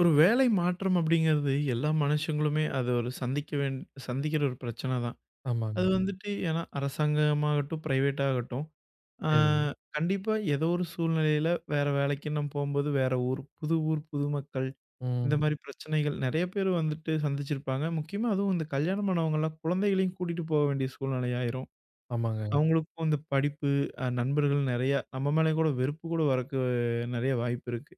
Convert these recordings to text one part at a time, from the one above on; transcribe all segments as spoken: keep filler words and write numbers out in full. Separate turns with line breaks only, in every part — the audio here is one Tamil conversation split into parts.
ஒரு வேலை மாற்றம் அப்படிங்கிறது எல்லா மனுஷங்களுமே அது ஒரு சந்திக்க வேண் சந்திக்கிற ஒரு பிரச்சனை தான். அது
ஆமாங்க.
வந்துட்டு ஏன்னா அரசாங்கமாகட்டும், பிரைவேட் ஆகட்டும், ஆ
சரி.
கண்டிப்பா ஏதோ ஒரு சூழ்நிலையில வேற வேலைக்கு நம்ம போம்போது வேற ஊர், புது ஊர், புது மக்கள் இந்த
ம்.
மாரி பிரச்சனைகள் நெறைய பேர் வந்துட்டு சந்திச்சிருப்பாங்க. முக்கியமா அதுவும் இந்த கல்யாணம் ஆனவங்கலாம் குழந்தைகளையும் கூட்டிட்டு போக வேண்டிய சூழ்நிலை ஆயிரும்.
ஆமாங்க.
அவங்களுக்கும் இந்த படிப்பு, அ நண்பர்கள் நெறையா நம்ம மேல கூட வெறுப்பு கூட வரக்கு நெறைய வாய்ப்பு இருக்கு.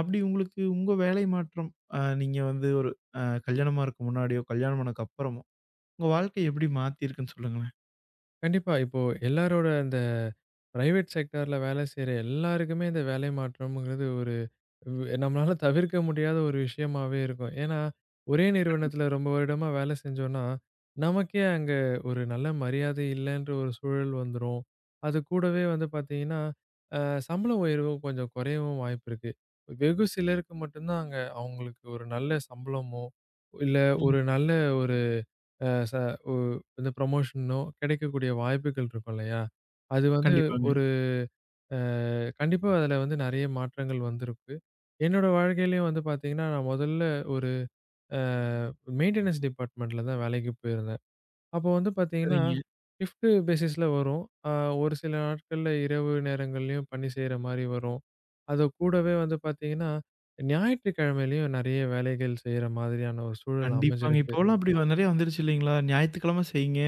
அப்படி உங்களுக்கு உங்க வேலை மாற்றம், அ நீங்க வந்து ஒரு அ கல்யாணமா இருக்க முன்னாடியோ, கல்யாணம் ஆனதுக்கு அப்புறமோ, உங்க வாழ்க்கை எப்படி மாத்தியிருக்குன்னு சொல்லுங்களேன்?
கண்டிப்பா. இப்போ எல்லாரோட இந்த பிரைவேட் செக்டார்ல வேலை செய்ற எல்லாருக்குமே இந்த வேலை மாற்றம்ங்கிறது ஒரு வ் நம்மளால தவிர்க்க முடியாத ஒரு விஷயமாவே இருக்கும். ஏன்னா, ஒரே நிறுவனத்துல ரொம்ப வருடமா வேலை செஞ்சோம்னா, நமக்கே அங்க ஒரு நல்ல மரியாதை இல்லன்ற ஒரு சூழல் வந்துரும். அது கூடவே வந்து பார்த்தீங்கன்னா, அ சம்பள உயர்வும் கொஞ்சம் குறையவும் வாய்ப்பு இருக்கு. வெகு சிலருக்கு மட்டும் தான் அங்க அவங்களுக்கு ஒரு நல்ல சம்பளமோ, இல்ல
ம்.
ஒரு நல்ல ஒரு அ ச ஒ இந்த ப்ரமோஷனோ கிடைக்கக்கூடிய வாய்ப்புகள் இருக்கும் இல்லையா? அது வந்து
கண்டிப்பாங்க.
ஒரு அ கண்டிப்பா அதுல வந்து நெறைய மாற்றங்கள் வந்திருக்கு. என்னோட வாழ்க்கையிலயும் வந்து பார்த்தீங்கன்னா, நான் முதல்ல ஒரு அ மெயின்டனன்ஸ் டிபார்ட்மென்ட்ல தான் வேலைக்கு போயிருந்தேன். அப்போ வந்து பார்த்தீங்கன்னா,
சரிங்க.
ஷிஃப்ட் பேசிஸ்ல வரும். அ ஒரு சில நாட்கள்ல இரவு நேரங்கள்லயும் பணி செய்ற மாரி வரும். அது கூடவே வந்து பார்த்தீங்கன்னா, ஞாயிற்றுக்கிழமையிலயும் நெறைய வேலைகள் செய்ற மாதிரியான ஒரு சூழல்
கண்டிப்பாங்க.
அமைஞ்சிருக்கு.
இப்போலாம் அப்படி நெறைய வந்துருச்சு இல்லைங்களா? ஞாயித்துக்கிழமை செய்யுங்க,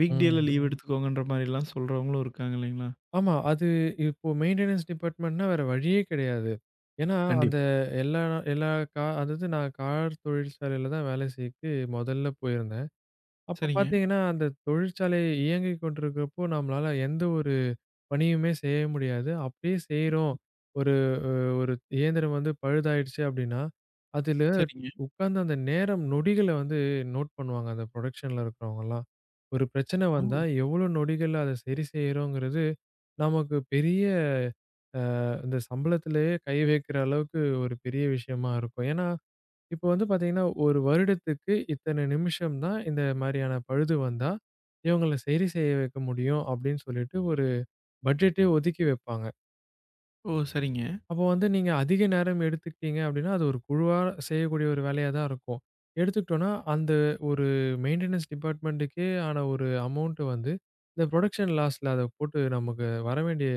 வீக் டேல
ம்.
லீவ் எடுத்துக்கோங்கன்ற மாரிலாம் சொல்றவங்களும் இருக்காங்க இல்லைங்களா?
ஆமா. அது இப்போ மெயின்டனன்ஸ் டிபார்ட்மெண்ட்னா வேற வழியே கிடையாது. ஏன்னா,
கண்டிப்பா.
அந்த எல்லா எல்லா கா அதாவது நான் கார் தொழிற்சாலையில தான் வேலை செய்யக்கு முதல்ல போயிருந்தேன். அப்ப
சரிங்க,
பார்த்தீங்கன்னா, அந்த தொழிற்சாலை இயங்கிக் கொண்டிருக்கிறப்போ நம்மளால எந்த ஒரு பணியுமே செய்ய முடியாது. அப்படியே செய்றோம். ஒரு அ ஒரு இயந்திரம் வந்து பழுதாயிடுச்சு அப்படின்னா, அதில
சரிங்க.
உட்கார்ந்து அந்த நேரம், நொடிகள வந்து நோட் பண்ணுவாங்க. அந்த புரொடக்ஷன்ல இருக்கிறவங்கலாம். ஒரு பிரச்சனை வந்தா,
ஓ!
எவ்வளோ நொடிகள்ல அத சரி செய்றோங்கிறது, நமக்கு பெரிய அ இந்த சம்பளத்திலேயே கை வைக்கிற அளவுக்கு ஒரு பெரிய விஷயமா இருக்கும். ஏன்னா, இப்ப வந்து பார்த்தீங்கன்னா, ஒரு வருடத்துக்கு இத்தனை நிமிஷம் தான் இந்த மாரியான பழுது வந்தா, இவங்கள சரி செய்ய வைக்க முடியும் அப்படின்னு சொல்லிட்டு ஒரு பட்ஜெட்டே ஒதுக்கி வைப்பாங்க.
ஓ! சரிங்க.
அப்போ வந்து நீங்க அதிக நேரம் எடுத்துக்கிட்டீங்க அப்படின்னா, அது ஒரு குழுவா செய்யக்கூடிய ஒரு வேலையா தான் இருக்கும். எடுத்துக்கிட்டோம்னா, அந்த ஒரு மெயின்டனன்ஸ் டிபார்ட்மென்ட்டுக்கே ஆன ஒரு அமௌண்ட் வந்து, இந்த புரொடக்ஷன் லாஸ்ல அத போட்டு நமக்கு வர வேண்டிய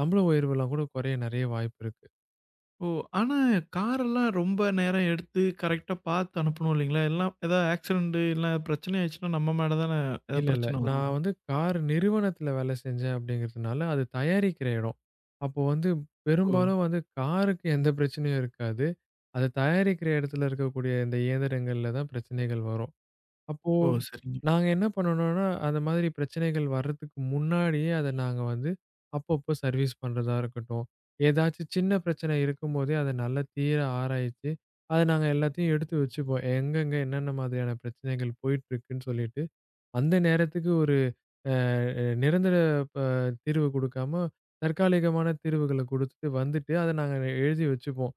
சம்பள உயர்வுலாம் கூட குறைய நெறைய வாய்ப்பு இருக்கு.
ஓ! ஆனா காரெல்லாம் ரொம்ப நேரம் எடுத்து கரெக்ட்டா பார்த்து அனுப்பணும் இல்லைங்களா? எல்லாம் ஏதாவது ஆக்சிடென்ட் இல்ல பிரச்சனை ஆயிடுச்சுன்னா நம்ம மேல தானே ஏதாவது
இல்ல, இல்ல.
பிரச்சனை வரும்?
நான் வந்து கார் நிறுவனத்தில வேலை செஞ்சேன் அப்படிங்கிறதுனால, அது தயாரிக்கிற இடம். அப்போ வந்து
ஓ!
பெரும்பாலும் வந்து காருக்கு எந்த பிரச்சனையும் இருக்காது. அத தயாரிக்கிற இடத்துல இருக்கக்கூடிய இந்த இயந்திரங்கள்ல தான் பிரச்சனைகள் வரும். அப்போ
ஓ! சரிங்க.
நாங்க என்ன பண்ணணும்னா, அந்த மாதிரி பிரச்சனைகள் வர்றதுக்கு முன்னாடியே அத நாங்க வந்து அப்பப்போ சர்வீஸ் பண்றதா இருக்கட்டும். ஏதாச்சும் சின்ன பிரச்சனை இருக்கும்போதே அத நல்லா தீர ஆராய்ச்சு, அத நாங்க எல்லாத்தையும் எடுத்து வச்சுப்போம். எங்கெங்க என்னென்ன மாதிரியான பிரச்சனைகள் போயிட்டுருக்குன்னு சொல்லிட்டு, அந்த நேரத்துக்கு ஒரு அ நிரந்தர ப தீர்வு குடுக்காம, தற்காலிகமான தீர்வுகள குடுத்துட்டு வந்துட்டு, அத நாங்க எழுதி வச்சுப்போம்.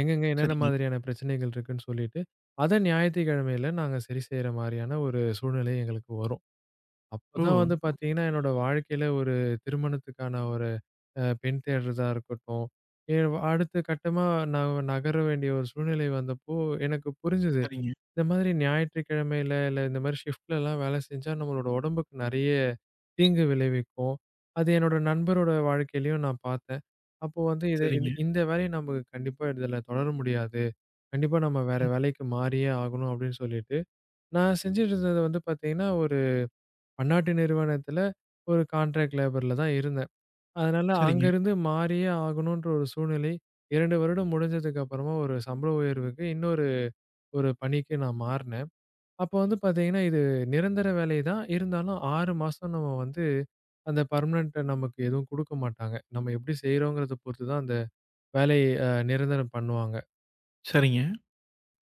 எங்கெங்க என்னென்ன
சரிங்க.
மாதிரியான பிரச்சனைகள் இருக்குன்னு சொல்லிட்டு, அத ஞாயித்துக்கிழமையில நாங்க சரி செய்ற மாரியான ஒரு சூழ்நிலை எங்களுக்கு வரும்.
ஓ!
அப்பதான் வந்து பார்த்தீங்கன்னா, என்னோட வாழ்க்கையில ஒரு திருமணத்துக்கான ஒரு அ பெண் தேடுறதா இருக்கட்டும், எ அடுத்த கட்டமா நான் நகர வேண்டிய ஒரு சூழ்நிலை வந்தப்போ எனக்கு புரிஞ்சது.
சரிங்க,
இந்த மாதிரி ஞாயிற்றுக்கிழமையில, இல்ல இந்த மாரி ஷிஃப்ட்லலாம் வேலை செஞ்சா, நம்மளோட உடம்புக்கு நெறைய தீங்கு விளைவிக்கும். அது என்னோட நண்பரோட வாழ்க்கையிலயும் நான் பார்த்தேன். அப்போ வந்து இத இந்த
சரிங்க.
இந்த வேலைய நம்ம கண்டிப்பா இதுல தொடர முடியாது. கண்டிப்பா நம்ம வேற
ம்.
வேலைக்கு மாறியே ஆகணும் அப்படின்னு சொல்லிட்டு, நான் செஞ்சுட்டு இருந்தது வந்து பார்த்தீங்கன்னா, ஒரு பன்னாட்டு நிறுவனத்துல ஒரு கான்ட்ராக்ட் லேபர்ல தான் இருந்தேன். அதனால
சரிங்க,
அங்கருந்து மாறியே ஆகணுன்ற ஒரு சூழ்நிலை. இரண்டு வருடம் முடிஞ்சதுக்கு அப்புறமா ஒரு சம்பள உயர்வுக்கு இன்னொரு ஒரு பணிக்கு நான் மாறுனேன். அப்ப வந்து பாத்தீங்கன்னா, இது நிரந்தர வேலை தான். இருந்தாலும் ஆறு மாசம் நம்ம வந்து அந்த பெர்மனன்ட் நமக்கு எதுவும் குடுக்க மாட்டாங்க. நம்ம எப்படி செய்றோங்கிறத பொறுத்து தான் அந்த வேலைய அ நிரந்தரம் பண்ணுவாங்க.
சரிங்க.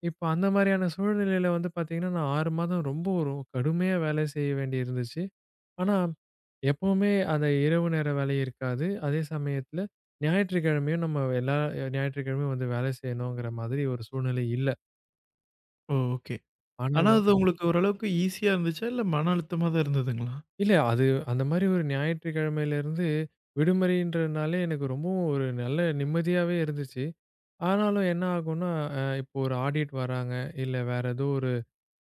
இப்ப அந்த மாரியான சூழ்நிலையில வந்து பாத்தீங்கன்னா, நான் ஆறு மாதம் ரொம்ப ஒரு கடுமையா வேலை செய்ய வேண்டி இருந்துச்சு. ஆனா, எப்பவுமே அந்த இரவு நேர வேலை இருக்காது. அதே சமயத்துல ஞாயிற்றுக்கிழமையும் நம்ம எல்லா ஞாயிற்றுக்கிழமையும் வந்து வேலை செய்யணுங்கிற மாதிரி ஒரு சூழ்நிலை இல்ல.
ஓ! ஓகே. ஆனா
ஆனாலும்
அது உங்களுக்கு ஓரளவுக்கு ஈஸியா இருந்துச்சா? இல்ல மன அழுத்தமா தான் இருந்ததுங்களா?
இல்ல. அது அந்த மாரி ஒரு ஞாயிற்றுக்கிழமையிலருந்து விடுமுறைன்றதுனாலே எனக்கு ரொம்பவும் ஒரு நல்ல நிம்மதியாவே இருந்துச்சு. ஆனாலும் என்ன ஆகும்னா, அ இப்போ ஒரு ஆடிட் வராங்க, இல்ல வேற ஏதோ ஒரு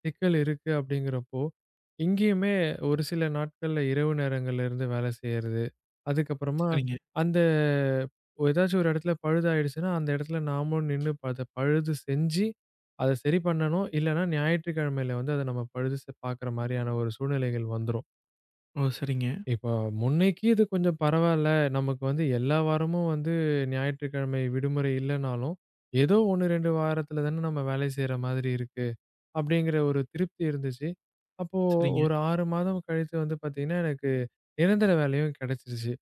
சிக்கல் இருக்கு அப்படிங்கிறப்போ, இங்கேயுமே ஒரு சில நாட்கள்ல இரவு நேரங்கள்ல இருந்து வேலை செய்யறது. அதுக்கப்புறமா
சரிங்க.
அந்த ஏதாச்சும் ஒரு இடத்துல பழுதாயிடுச்சுன்னா, அந்த இடத்துல நாமளும் நின்னு அத பழுது செஞ்சு, அத சரி பண்ணணும். இல்லன்னா ஞாயிற்றுக்கிழமையில வந்து அத நம்ம பழுது செ பார்க்குற மாரியான ஒரு சூழ்நிலைகள் வந்துரும்.
ஓ! சரிங்க,
இப்போ முன்னைக்கு இது கொஞ்சம் பரவால்ல. நமக்கு வந்து எல்லா வாரமும் வந்து ஞாயிற்றுக்கிழமை விடுமுறை இல்லனாலும், ஏதோ ஒன்று, இரண்டு வாரத்துல தானே நம்ம வேலை செய்ற மாதிரி இருக்கு. அப்படிங்கிற ஒரு திருப்தி இருந்துச்சு. அப்போ
சரிங்க.
ஒரு ஆறு மாதம் கழித்து வந்து பார்த்தீங்கன்னா, எனக்கு நிரந்தர வேலையும் கிடைச்சிருச்சு.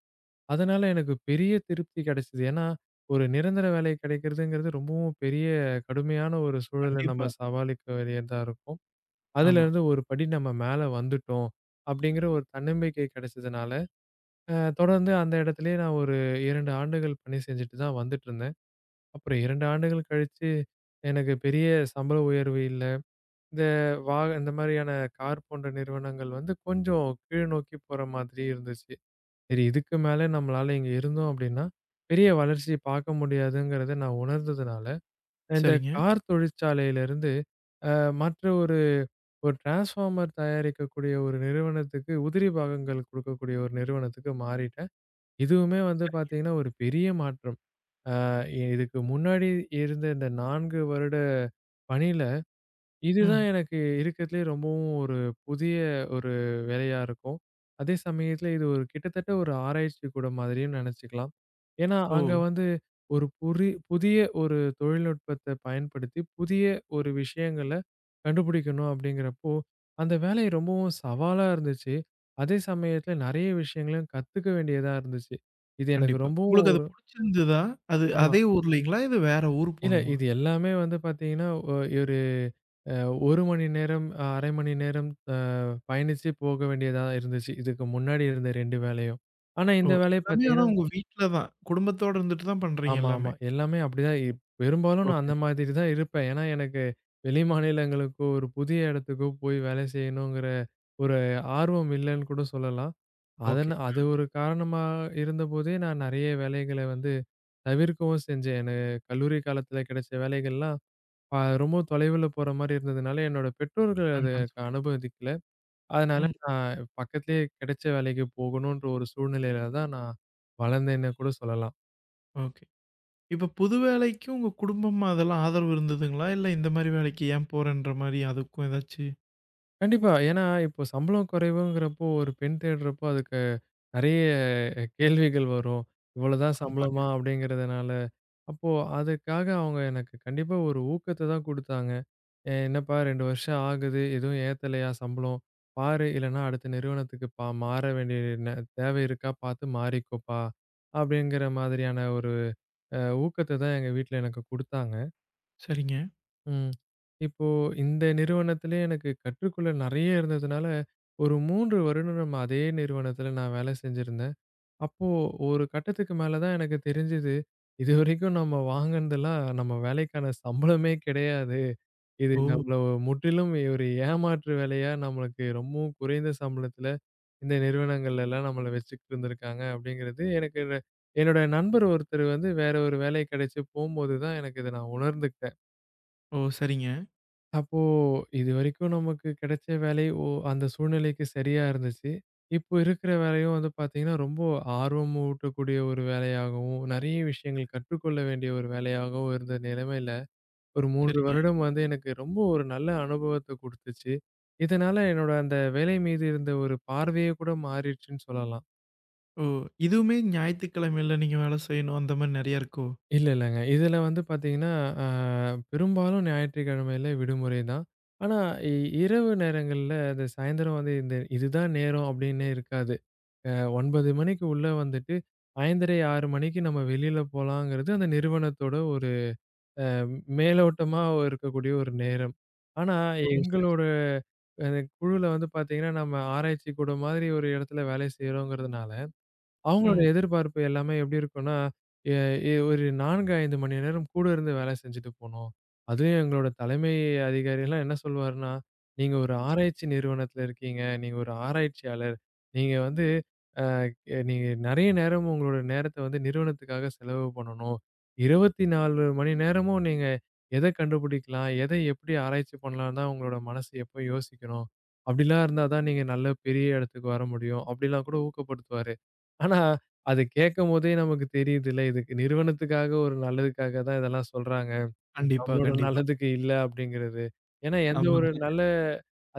அதனால எனக்கு பெரிய திருப்தி கிடைச்சது. ஏன்னா, ஒரு நிரந்தர வேலை கிடைக்கிறதுங்கிறது ரொம்பவும் பெரிய கடுமையான ஒரு சூழல
கண்டிப்பா.
நம்ம சமாளிக்க வேண்டியதா இருக்கும்.
ஆமா.
அதுலேருந்து ஒரு படி நம்ம மேல வந்துட்டோம். அப்படிங்கிற ஒரு தன்னம்பிக்கை கிடைச்சதுனால, அ தொடர்ந்து அந்த இடத்திலேயே நான் ஒரு இரண்டு ஆண்டுகள் பணி செஞ்சுட்டு தான் வந்துட்டுருந்தேன். அப்புறம் இரண்டு ஆண்டுகள் கழிச்சு எனக்கு பெரிய சம்பள உயர்வு இல்ல. இந்த வா இந்த மாதிரியான கார் போன்ற நிறுவனங்கள் வந்து கொஞ்சம் கீழ் நோக்கி போற மாதிரி இருந்துச்சு. சரி இதுக்கு மேல நம்மளால இங்க இருந்தோம் அப்படின்னா, பெரிய வளர்ச்சி பார்க்க முடியாதுங்கிறத நான் உணர்ந்ததுனால, இந்த
சரிங்க.
கார் தொழிற்சாலையிலிருந்து அ மற்ற ஒரு ஒரு டிரான்ஸ்ஃபார்மர் தயாரிக்கக்கூடிய ஒரு நிறுவனத்துக்கு உதிரி பாகங்கள் குடுக்கக்கூடிய ஒரு நிறுவனத்துக்கு மாறிட்டேன். இதுவுமே வந்து பார்த்தீங்கன்னா, ஒரு பெரிய மாற்றம். அ இதுக்கு முன்னாடி இருந்த இந்த நான்கு வருட பணியில, இதுதான்
ம்.
எனக்கு இருக்கறதுலயே ரொம்பவும் ஒரு புதிய ஒரு வேலையா இருக்கும். அதே சமயத்தில இது ஒரு கிட்டத்தட்ட ஒரு ஆராய்ச்சி கூடம் மாதிரின்னு நெனச்சுக்கலாம். ஏன்னா,
ஓ!
அங்க வந்து ஒரு புரி புதிய ஒரு தொழில்நுட்பத்த பயன்படுத்தி, புதிய ஒரு விஷயங்கள கண்டுபிடிக்கணும் அப்படிங்கிறப்போ, அந்த வேலை ரொம்பவும் சவாலா இருந்துச்சு. அதே சமயத்தில நெறைய விஷயங்களையும் கத்துக்க வேண்டியதா இருந்துச்சு. இது எனக்கு
கண்டிப்பா.
ரொம்பவும்
உங்களுக்கு அது
ஒரு
புடிச்சிருந்ததா? அது
ஆமா.
அதே ஊர்லங்களா? இது வேற ஊர்
இல்ல
போணுமா?
இது எல்லாமே வந்து பார்த்தீங்கன்னா, ஒ ஒரு அ ஒரு மணி நேரம், அரை மணி நேரம் அ பயணிச்சு போக வேண்டியதா இருந்துச்சு. இதுக்கு முன்னாடி இருந்த இரண்டு வேலையும். ஆனா
ஓ!
இந்த வேலைய
எல்லாமே ஆனா
பார்த்தீங்கன்னா
உங்க வீட்ல தான். குடும்பத்தோட இருந்துட்டு தான் பண்றீங்க
ஆமா,
எல்லாமே.
ஆமா. எல்லாமே அப்படிதான் இ பெரும்பாலும் நான்
ஓகே,
அந்த மாதிரி தான் இருப்பேன். ஏன்னா எனக்கு வெளி மாநிலங்களுக்கோ, ஒரு புதிய இடத்துக்கோ போய் வேலை செய்யணுங்கிற ஒரு ஆர்வம் இல்லன்னு கூட சொல்லலாம்.
ஓகே.
அதன அது ஒரு காரணமா இருந்தபோதே நான் நெறைய வேலைகள வந்து தவிர்க்கவும் செஞ்சேன். எனக்கு கல்லூரி காலத்துல கிடைச்ச வேலைகள்லாம் அ ரொம்ப தொலைவில போற மாரி இருந்ததுனால, என்னோட பெற்றோர்கள் அதுக்கு அனுமதிக்கல. அதனால
ம்.
நான் பக்கத்திலேயே கிடைச்ச வேலைக்கு போகணுன்ற ஒரு சூழ்நிலையில தான் நான் வளர்ந்தேன்னு கூட சொல்லலாம்.
ஓகே. இப்ப புது வேலைக்கு உங்க குடும்பம் அதெல்லாம் ஆதரவு இருந்ததுங்களா? இல்ல இந்த மாரி வேலைக்கு ஏன் போறன்ற மாரி அதுக்கும் ஏதாச்சு
கண்டிப்பா. ஏன்னா, இப்போ சம்பளம் குறைவுங்கிறப்போ, ஒரு பெண் தேடுறப்போ அதுக்கு நெறைய கேள்விகள் வரும். இவ்வளோதான்
ஆமாங்க.
சம்பளமா? அப்படிங்கிறதுனால அப்போ அதுக்காக அவங்க எனக்கு கண்டிப்பா ஒரு ஊக்கத்த தான் குடுத்தாங்க. "எ என்னப்பா, இரண்டு வருஷம் ஆகுது. எதுவும் ஏத்தலையா சம்பளம்? பாரு. இல்லன்னா அடுத்த நிறுவனத்துக்கு பா மாற வேண்டிய ந தேவை இருக்கா பார்த்து மாறிக்கோப்பா." அப்படிங்கிற மாதிரியான ஒரு அ ஊக்கத்த தான் எங்க வீட்ல எனக்கு குடுத்தாங்க.
சரிங்க.
ம். இப்போ இந்த நிறுவனத்திலயே எனக்கு கற்றுக்கொள்ள நெறைய இருந்ததுனால, ஒரு மூன்று வருடம் நம்ம அதே நிறுவனத்தில நான் வேலை செஞ்சிருந்தேன். அப்போ ஒரு கட்டத்துக்கு மேல தான் எனக்கு தெரிஞ்சது. இதுவரைக்கும் நம்ம வாங்குனதெல்லாம் நம்ம வேலைக்கான சம்பளமே கிடையாது. இது
ஓ!
நம்மள ஒரு முற்றிலும் ஒரு ஏமாற்று வேலையா நம்மளுக்கு ரொம்பவும் குறைந்த சம்பளத்துல இந்த நிறுவனங்கள்ல எல்லாம் நம்மள வச்சுக்கிட்டு இருந்திருக்காங்க அப்படிங்கிறது எனக்கு என்னோட நண்பர் ஒருத்தர் வந்து வேற ஒரு வேலை கிடைச்சு போம்போது தான் எனக்கு இத நான் உணர்ந்துக்கிட்டேன்.
ஓ! சரிங்க,
அப்போ இதுவரைக்கும் நமக்கு கிடைச்ச வேலை ஓ அந்த சூழ்நிலைக்கு சரியா இருந்துச்சு. இப்போ இருக்கிற வேலையும் வந்து பார்த்தீங்கன்னா, ரொம்ப ஆர்வம் ஊட்டக்கூடிய ஒரு வேலையாகவும், நெறைய விஷயங்கள் கற்றுக்கொள்ள வேண்டிய ஒரு வேலையாகவும் இருந்த நிலைமையில, ஒரு மூன்று
சரிங்க.
வருடம் வந்து எனக்கு ரொம்ப ஒரு நல்ல அனுபவத்த குடுத்துச்சு. இதனால என்னோட அந்த வேலை மீது இருந்த ஒரு பார்வையே கூட மாறிடுச்சுன்னு சொல்லலாம்.
ஓ! இதுவுமே ஞாயித்துக்கிழமையில நீங்க வேலை செய்யணும் அந்த மாரி நெறைய இருக்கோ?
இல்ல, இல்லங்க. இதுல வந்து பாத்தீங்கன்னா, அ பெரும்பாலும் ஞாயிற்றுக்கிழமையில விடுமுறை தான். ஆனா, இ இரவு நேரங்கள்ல இந்த சாயந்தரம் வந்து இந்த இதுதான் நேரம் அப்படின்னு இருக்காது. அ ஒன்பது மணிக்கு உள்ள வந்துட்டு, ஐந்தரை, ஆறு மணிக்கு நம்ம வெளியில போலாங்கிறது அந்த நிறுவனத்தோட ஒரு மேலோட்டமா இருக்கக்கூடிய ஒரு நேரம். ஆனா,
ஓ! சரி,
எங்களோட
சரி.
அ குழுல வந்து பாத்தீங்கன்னா, நம்ம ஆராய்ச்சி கூடம் மாதிரி ஒரு இடத்துல வேலை செய்றோங்கிறதுனால, அவங்களோட
ம்.
எதிர்பார்ப்பு எல்லாமே எப்படி இருக்கும்னா, எ எ ஒரு நான்கு, ஐந்து மணி நேரம் கூட இருந்து வேலை செஞ்சுட்டு போணும். அதுவும் எங்களோட தலைமை அதிகாரிலாம் என்ன சொல்வாருன்னா, "நீங்க ஒரு ஆராய்ச்சி நிறுவனத்தில இருக்கீங்க. நீங்க ஒரு ஆராய்ச்சியாளர். நீங்க வந்து அ நீங்க நெறைய நேரம் உங்களோட நேரத்த வந்து நிறுவனத்துக்காக செலவு பண்ணணும். இருபத்தி நான்கு மணி நேரமும் நீங்க எத கண்டுபிடிக்கலாம், எதை எப்படி ஆராய்ச்சி பண்ணலாம்னு தான் உங்களோட மனசு எப்பவும் யோசிக்கணும். அப்படிலாம் இருந்தா தான் நீங்க நல்ல பெரிய இடத்துக்கு வர முடியும். அப்படிலாம் கூட ஊக்கப்படுத்துவாரு. ஆனா, அது கேட்கும்போதே நமக்கு தெரியுதுல்ல, இதுக்கு நிறுவனத்துக்காக ஒரு நல்லதுக்காக தான் இதெல்லாம் சொல்றாங்க.
கண்டிப்பா,
நம்மளோட
கண்டிப்பா.
நல்லதுக்கு இல்ல அப்படிங்கிறது. ஏன்னா, எந்த ஒரு
ஆமாங்க.
நல்ல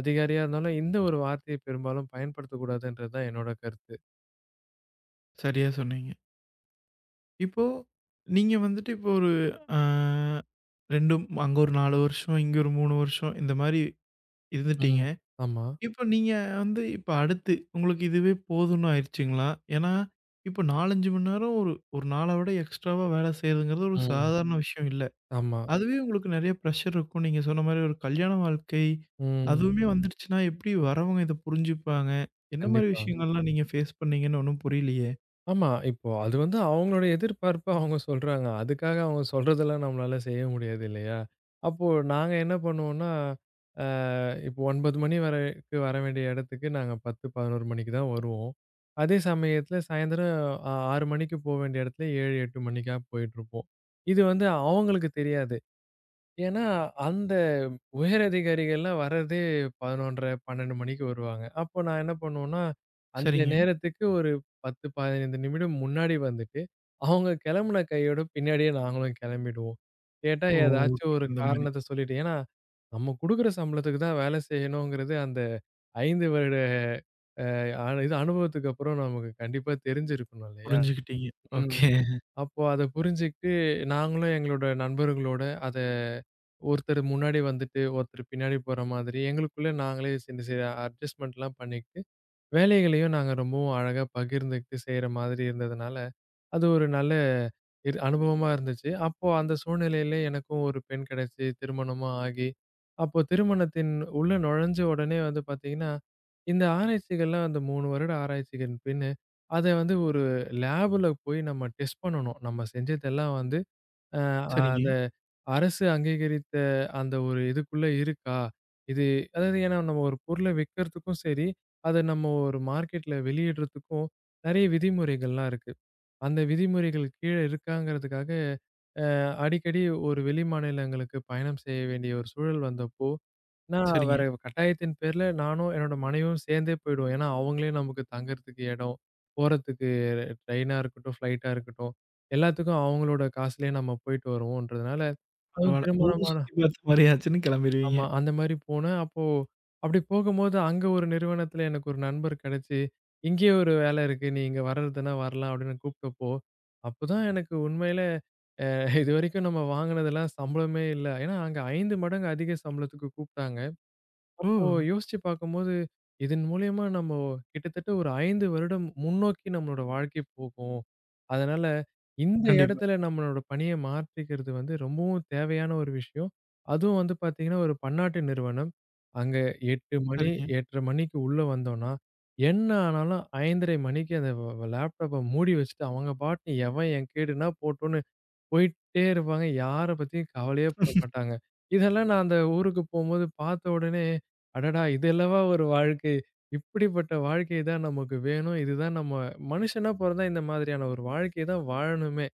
அதிகாரியா இருந்தாலும் இந்த ஒரு வார்த்தையை பெரும்பாலும் பயன்படுத்தக்கூடாதுன்றது தான் என்னோட கருத்து.
சரியா சொன்னீங்க. இப்போ நீங்க வந்துட்டு இப்போ ஒரு அ 2 அங்க ஒரு நான்கு வருஷம், இங்க ஒரு மூன்று வருஷம் இந்த மாரி இருந்துட்டீங்க.
ம். ஆமா.
இப்ப நீங்க வந்து இப்ப அடுத்து உங்களுக்கு இதுவே போதும்ன்னு ஆயிருச்சுங்களா? ஏன்னா, இப்ப நான்கு, ஐந்து மணி நேரம் ஒரு ஒரு நாள விட எக்ஸ்ட்ராவா வேலை செய்றதுங்கிறது ஒரு
ம்.
சாதாரண விஷயம் இல்ல.
ஆமா.
அதுவே உங்களுக்கு நெறைய பிரஷர் இருக்கும். நீங்க சொன்ன மாரி ஒரு கல்யாண வாழ்க்கை,
ம்.
அதுவுமே வந்துடுச்சுன்னா, எப்படி வரவங்க இத புரிஞ்சுப்பாங்க? என்ன மாரி
கண்டிப்பா.
விஷயங்கள்லாம் நீங்க ஃபேஸ் பண்ணீங்கன்னு ஒண்ணும் புரியலையே?
ஆமா. இப்போ அது வந்து அவங்களோட எதிர்பார்ப்ப அவங்க சொல்றாங்க. அதுக்காக அவங்க சொல்றதெல்லாம் நம்மளால செய்ய முடியாது இல்லையா? அப்போ நாங்க என்ன பண்ணுவோம்னா, அ இப்போ ஒன்பது மணி வரைக்கு வர வேண்டிய இடத்துக்கு நாங்க பத்து, பதினொன்று மணிக்கு தான் வருவோம். அதே சமயத்துல சாயந்தரம் அ ஆறு மணிக்கு போ வேண்டிய இடத்துல ஏழு, எட்டு மணிக்கா போயிட்டுருப்போம். இது வந்து அவங்களுக்கு தெரியாது. ஏன்னா, அந்த உயரதிகாரிகள்லாம் வர்றதே பதினொன்றரை, பன்னிரண்டு மணிக்கு வருவாங்க. அப்போ நான் என்ன பண்ணுவேன்னா, அந்த
சரிங்க.
நேரத்துக்கு ஒரு பத்து, பதினைந்து நிமிடம் முன்னாடி வந்துட்டு, அவங்க கிளம்புன கையோட பின்னாடியே நாங்களும் கிளம்பிடுவோம். கேட்டா
ஓ!
ஏதாச்சும்
ஓகே.
ஒரு ம்.
அந்த மாரி.
காரணத்த சொல்லிட்டு ஏன்னா, நம்ம குடுக்குற சம்பளத்துக்கு தான் வேலை செய்யணுங்கிறது அந்த ஐந்து வருட அ இது அனுபவத்துக்கு அப்புறம் நமக்கு கண்டிப்பா தெரிஞ்சிருக்கணும் இல்லையா?
புரிஞ்சுக்கிட்டீங்க. ஓகே.
அப்போ அத புரிஞ்சுகிட்டு, நாங்களும் எங்களோட நண்பர்களோட அத ஒருத்தர் முன்னாடி வந்துட்டு, ஒருத்தர் பின்னாடி போற மாதிரி எங்களுக்குள்ள நாங்களே சின்ன சின்ன அட்ஜஸ்ட்மென்ட்லாம் பண்ணிக்கிட்டு, வேலைகளையும் நாங்க ரொம்பவும் அழகா பகிர்ந்துக்கிட்டு செய்ற மாதிரி இருந்ததுனால, அது ஒரு நல்ல இரு அனுபவமா இருந்துச்சு. அப்போ அந்த சூழ்நிலையில எனக்கும் ஒரு பெண் கிடைச்சு, திருமணமும் ஆகி, அப்போ திருமணத்தின் உள்ள நுழைஞ்ச உடனே வந்து பார்த்தீங்கன்னா, இந்த ஆராய்ச்சிகள்லாம் அந்த மூன்று வருட ஆராய்ச்சிகள் பின்னு, அத வந்து ஒரு லேப்ல போய் நம்ம டெஸ்ட் பண்ணணும். நம்ம செஞ்சதெல்லாம் வந்து அ
சரிங்க,
அந்த அரசு அங்கீகரித்த அந்த ஒரு இதுக்குள்ள இருக்கா? இது அதாவது ஏன்னா நம்ம ஒரு பொருள விக்கிறதுக்கும் சரி, அத நம்ம ஒரு மார்க்கெட்ல வெளியிடுறதுக்கும் நெறைய விதிமுறைகள்லாம் இருக்கு. அந்த விதிமுறைகள் கீழ இருக்காங்கிறதுக்காக, அ அடிக்கடி ஒரு வெளி மாநிலங்களுக்கு பயணம் செய்ய வேண்டிய ஒரு சூழல் வந்தப்போ நான்
சரிங்க.
வேற கட்டாயத்தின் பேர்ல நானும் என்னோட மனைவியும் சேர்ந்தே போயிடுவோம். ஏன்னா, அவங்களே நமக்கு தங்கறதுக்கு இடம், போறதுக்கு ட்ரெயினா இருக்கட்டும், ஃப்ளைட்டா இருக்கட்டும், எல்லாத்துக்கும் அவங்களோட காசுலயே நம்ம போயிட்டு வருவோன்றதுனால, அதுவும்
பரவால்ல. ஊரு
திருமணமான
சுத்தி பார்த்த மாரி ஆச்சுன்னு கிளம்பிருவீங்க.
ஆமா. அந்த மாரி போனேன். அப்போ அப்படி போகும்போது அங்க ஒரு நிறுவனத்துல எனக்கு ஒரு நண்பர் கிடைச்சு, "இங்கேயே ஒரு வேலை இருக்கு. நீ இங்க வர்றதுன்னா வரலாம்." அப்படின்னு கூப்பிட்டப்போ, அப்பதான் எனக்கு உண்மையில இதுவரைக்கும் நம்ம வாங்குனதெல்லாம் சம்பளமே இல்ல. ஏன்னா, அங்க ஐந்து மடங்கு அதிக சம்பளத்துக்கு கூப்பிட்டாங்க.
ஓ!
அப்போ யோசிச்சு பார்க்கும்போது, இதன் மூலியமா நம்ம கிட்டத்தட்ட ஒரு ஐந்து வருடம் முன்னோக்கி நம்மளோட வாழ்க்கை போகும். அதனால இந்த
கண்டிப்பா.
இடத்துல நம்மளோட பணிய மாற்றிக்கிறது வந்து ரொம்பவும் தேவையான ஒரு விஷயம். அதுவும் வந்து பார்த்தீங்கன்னா, ஒரு பன்னாட்டு நிறுவனம். அங்க எட்டு மணி,
சரிங்க.
எட்டரை மணிக்கு உள்ள வந்தோம்னா, என்ன ஆனாலும் ஐந்தரை மணிக்கு அந்த லேப்டாப்ப மூடி வச்சுட்டு அவங்க பாட்டுக்கு எவன் என் கேடுன்னா போட்டும்னு போயிட்டே இருப்பாங்க. யார பத்தியும் கவலையே பட மாட்டாங்க. இதெல்லாம் நான் அந்த ஊருக்கு போம்போது பார்த்த உடனே, அடடா! இது அல்லவா ஒரு வாழ்க்கை. இப்படிப்பட்ட வாழ்க்கை தான் நமக்கு வேணும். இதுதான் நம்ம மனுஷனா பொறந்தா இந்த மாதிரியான ஒரு வாழ்க்கை தான் வாழணுமே.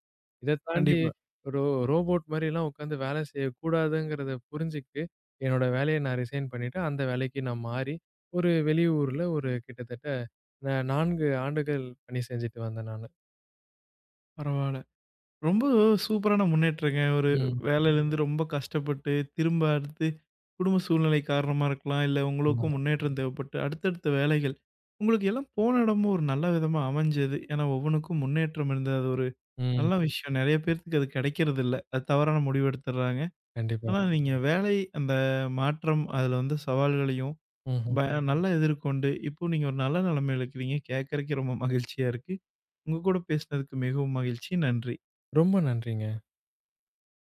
இத தாண்டி
கண்டிப்பா.
ஒரு ரோபோட் மாரிலாம் உட்காந்து வேலை செய்யக்கூடாதுங்கிறத புரிஞ்சுக்கிட்டு, என்னோட வேலைய நான் ரிசைன் பண்ணிட்டு, அந்த வேலைக்கு நான் மாறி, ஒரு வெளியூர்ல ஒரு கிட்டத்தட்ட ந நான்கு ஆண்டுகள் பணி செஞ்சுட்டு வந்தேன் நானு.
பரவால்ல. ரொம்ப சூப்பரான முன்னேற்றங்க. ஒரு
ம்.
வேலையிலேருந்து ரொம்ப கஷ்டப்பட்டு, திரும்ப அடுத்து குடும்ப சூழ்நிலை காரணமா இருக்கலாம், இல்ல உங்களுக்கும்
ஆமாங்க.
முன்னேற்றம் தேவைப்பட்டு, அடுத்தடுத்த வேலைகள். உங்களுக்கு எல்லாம் போன இடமும் ஒரு நல்ல விதமா அமைஞ்சது. ஏன்னா ஒவ்வொன்னுக்கும் முன்னேற்றம் இருந்தது. அது ஒரு
ம்.
நல்ல விஷயம். நெறைய பேத்துக்கு அது கிடைக்கிறதில்ல. அது தவறான முடிவு எடுத்துடுறாங்க.
கண்டிப்பா.
ஆனா நீங்க வேலை அந்த மாற்றம், அதில வந்த சவால்களையும்
ம்.
ப நல்லா எதிர்கொண்டு, இப்போ நீங்க ஒரு நல்ல நிலைமையில இருக்கிறீங்க. கேட்கறக்கே ரொம்ப மகிழ்ச்சியா இருக்கு. உங்க கூட பேசினதுக்கு மிகவும் மகிழ்ச்சி. நன்றி.
ரொம்ப நன்றிங்க.